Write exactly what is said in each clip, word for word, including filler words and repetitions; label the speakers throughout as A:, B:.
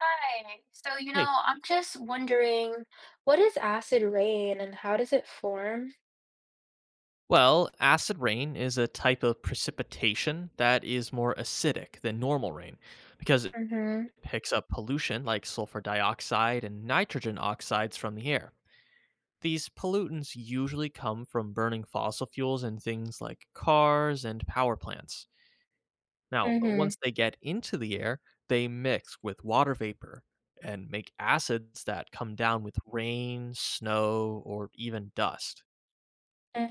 A: Hi. So, you
B: Hey.
A: know, I'm just wondering, what is acid rain and how does it form?
B: Well, acid rain is a type of precipitation that is more acidic than normal rain because it
A: Mm-hmm.
B: picks up pollution like sulfur dioxide and nitrogen oxides from the air. These pollutants usually come from burning fossil fuels in things like cars and power plants. Now, uh,
A: Mm-hmm.
B: once they get into the air, they mix with water vapor and make acids that come down with rain, snow, or even dust.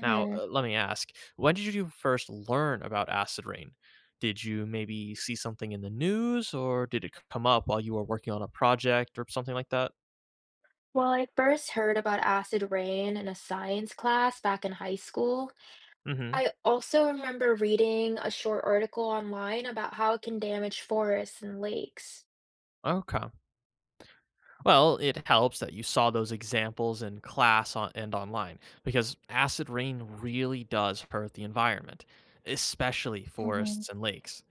B: Now, uh, let me ask, when did you first learn about acid rain? Did you maybe see something in the news or did it come up while you were working on a project or something like that?
A: Well, I first heard about acid rain in a science class back in high school.
B: hmm
A: I also remember reading a short article online about how it can damage forests and lakes.
B: Okay. Well, it helps that you saw those examples in class on, and online because acid rain really does hurt the environment, especially
A: Mm-hmm.
B: forests and lakes.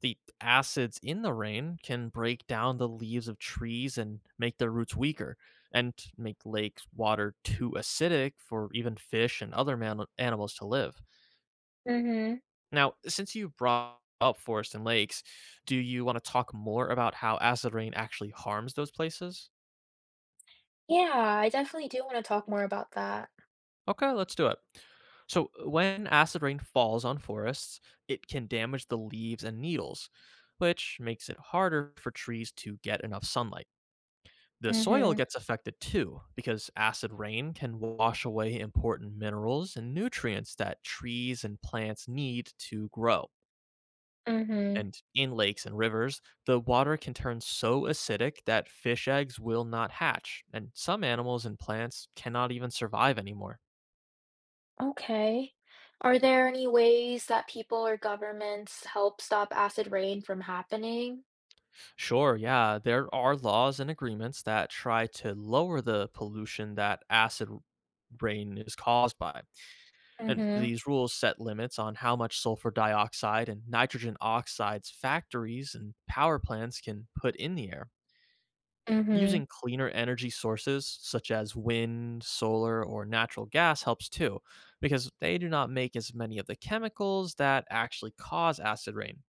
B: The acids in the rain can break down the leaves of trees and make their roots weaker, and make lakes water too acidic for even fish and other man- animals to live.
A: Mm-hmm.
B: Now, since you brought up forests and lakes, do you want to talk more about how acid rain actually harms those places?
A: Yeah, I definitely do want to talk more about that.
B: Okay, let's do it. So, when acid rain falls on forests, it can damage the leaves and needles, which makes it harder for trees to get enough sunlight. The soil
A: Mm-hmm.
B: gets affected too because acid rain can wash away important minerals and nutrients that trees and plants need to grow.
A: Mm-hmm.
B: And in lakes and rivers, the water can turn so acidic that fish eggs will not hatch, and some animals and plants cannot even survive anymore.
A: Okay. Are there any ways that people or governments help stop acid rain from happening?
B: Sure, yeah, there are laws and agreements that try to lower the pollution that acid rain is caused by. And
A: Mm-hmm.
B: these rules set limits on how much sulfur dioxide and nitrogen oxides factories and power plants can put in the air.
A: Mm-hmm.
B: Using cleaner energy sources such as wind, solar, or natural gas helps too, because they do not make as many of the chemicals that actually cause acid rain.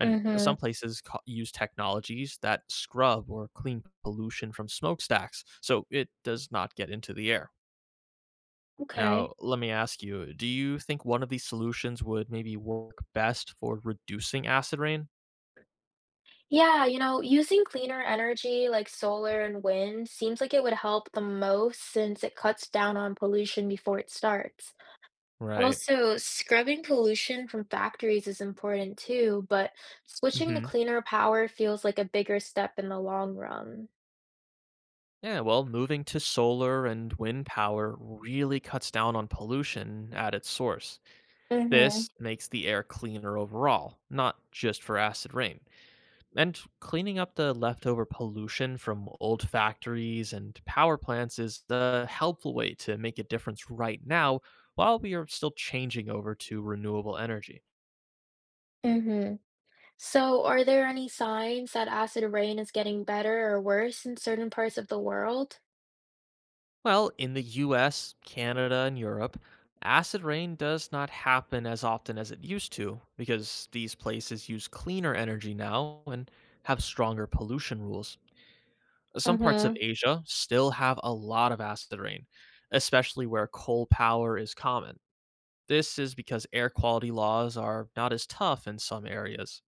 B: And
A: Mm-hmm.
B: some places co- use technologies that scrub or clean pollution from smokestacks, so it does not get into the air. Now,
A: Okay.
B: let me ask you, do you think one of these solutions would maybe work best for reducing acid rain?
A: Yeah, you know, using cleaner energy like solar and wind seems like it would help the most since it cuts down on pollution before it starts.
B: Right.
A: Also, scrubbing pollution from factories is important too, but switching to
B: hmm
A: cleaner power feels like a bigger step in the long run.
B: Yeah, well, moving to solar and wind power really cuts down on pollution at its source.
A: Mm-hmm.
B: This makes the air cleaner overall, not just for acid rain. And cleaning up the leftover pollution from old factories and power plants is the helpful way to make a difference right now while we are still changing over to renewable energy.
A: Mm-hmm. So, are there any signs that acid rain is getting better or worse in certain parts of the world?
B: Well, in the U S, Canada, and Europe, acid rain does not happen as often as it used to because these places use cleaner energy now and have stronger pollution rules. Some parts of
A: Mm-hmm.
B: Asia still have a lot of acid rain, especially where coal power is common. This is because air quality laws are not as tough in some areas.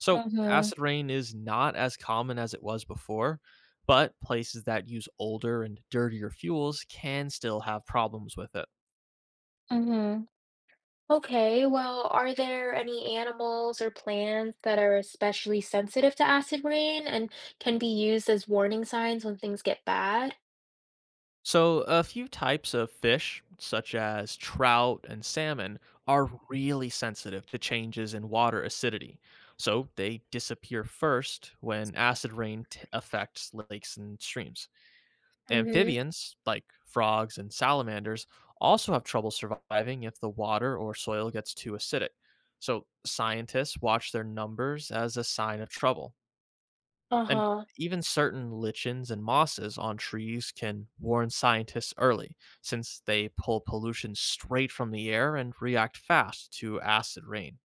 B: So,
A: Mm-hmm.
B: acid rain is not as common as it was before, but places that use older and dirtier fuels can still have problems with it.
A: Mm-hmm. Okay, well, are there any animals or plants that are especially sensitive to acid rain and can be used as warning signs when things get bad?
B: So, a few types of fish, such as trout and salmon, are really sensitive to changes in water acidity. So, they disappear first when acid rain t- affects lakes and streams.
A: Mm-hmm.
B: Amphibians, like frogs and salamanders, also have trouble surviving if the water or soil gets too acidic. So, scientists watch their numbers as a sign of trouble. And
A: Uh-huh.
B: even certain lichens and mosses on trees can warn scientists early, since they pull pollution straight from the air and react fast to acid rain.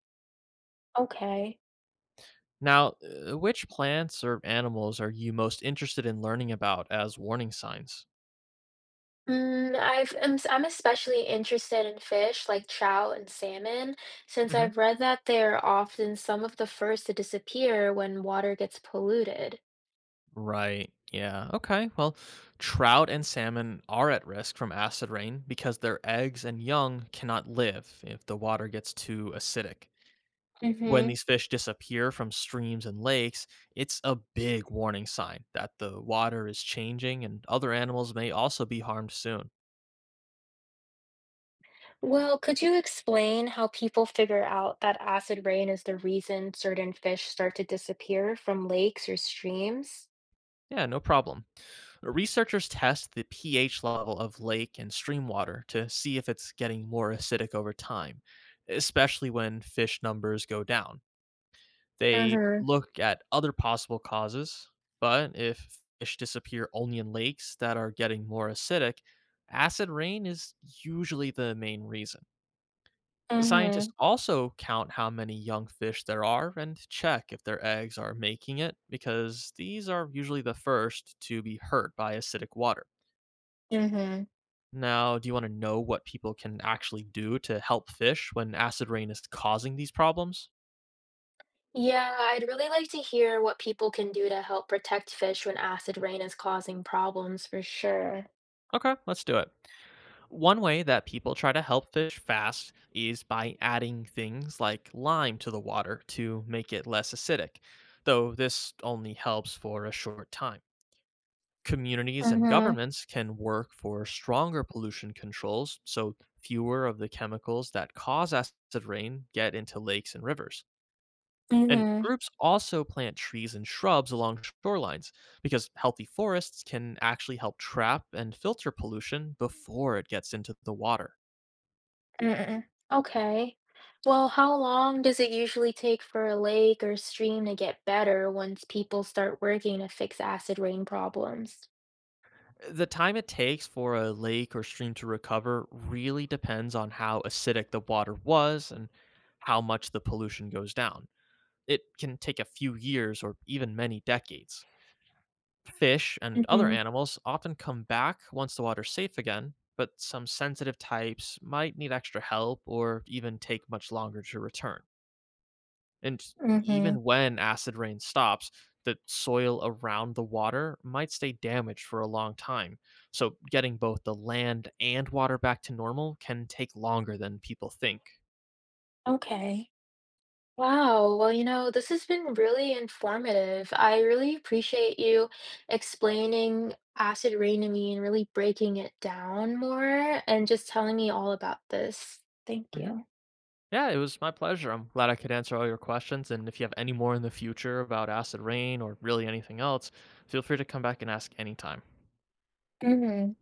A: Okay.
B: Now, uh, which plants or animals are you most interested in learning about as warning signs?
A: Mm, I've I'm s- I'm especially interested in fish like trout and salmon, since
B: Mhm.
A: I've read that they're often some of the first to disappear when water gets polluted.
B: Right. Yeah. Okay. Well, trout and salmon are at risk from acid rain because their eggs and young cannot live if the water gets too acidic. When
A: Hmm.
B: these fish disappear from streams and lakes, it's a big warning sign that the water is changing and other animals may also be harmed soon.
A: Well, could you explain how people figure out that acid rain is the reason certain fish start to disappear from lakes or streams?
B: Yeah, no problem. Researchers test the pH level of lake and stream water to see if it's getting more acidic over time, especially when fish numbers go down. They
A: Hmm.
B: look at other possible causes, but if fish disappear only in lakes that are getting more acidic, acid rain is usually the main reason.
A: Hmm.
B: Scientists also count how many young fish there are and check if their eggs are making it because these are usually the first to be hurt by acidic water.
A: Hmm.
B: Now, do you want to know what people can actually do to help fish when acid rain is causing these problems?
A: Yeah, I'd really like to hear what people can do to help protect fish when acid rain is causing problems for sure.
B: Okay, let's do it. One way that people try to help fish fast is by adding things like lime to the water to make it less acidic, though this only helps for a short time. Communities and governments can work for stronger pollution controls so fewer of the chemicals that cause acid rain get into lakes and rivers. And
A: Mhm,
B: groups also plant trees and shrubs along shorelines because healthy forests can actually help trap and filter pollution before it gets into the water.
A: mm-mm, okay. Well, how long does it usually take for a lake or stream to get better once people start working to fix acid rain problems?
B: The time it takes for a lake or stream to recover really depends on how acidic the water was and how much the pollution goes down. It can take a few years or even many decades. Fish and other
A: Mhm,
B: animals often come back once the water's safe again, but some sensitive types might need extra help or even take much longer to return. And
A: mhm,
B: even when acid rain stops, the soil around the water might stay damaged for a long time. So, getting both the land and water back to normal can take longer than people think.
A: okay. Wow, well, you know, this has been really informative. I really appreciate you explaining acid rain to me and really breaking it down more and just telling me all about this. Thank
B: hmm
A: you.
B: Yeah, it was my pleasure. I'm glad I could answer all your questions. And if you have any more in the future about acid rain or really anything else, feel free to come back and ask anytime.
A: Mhm.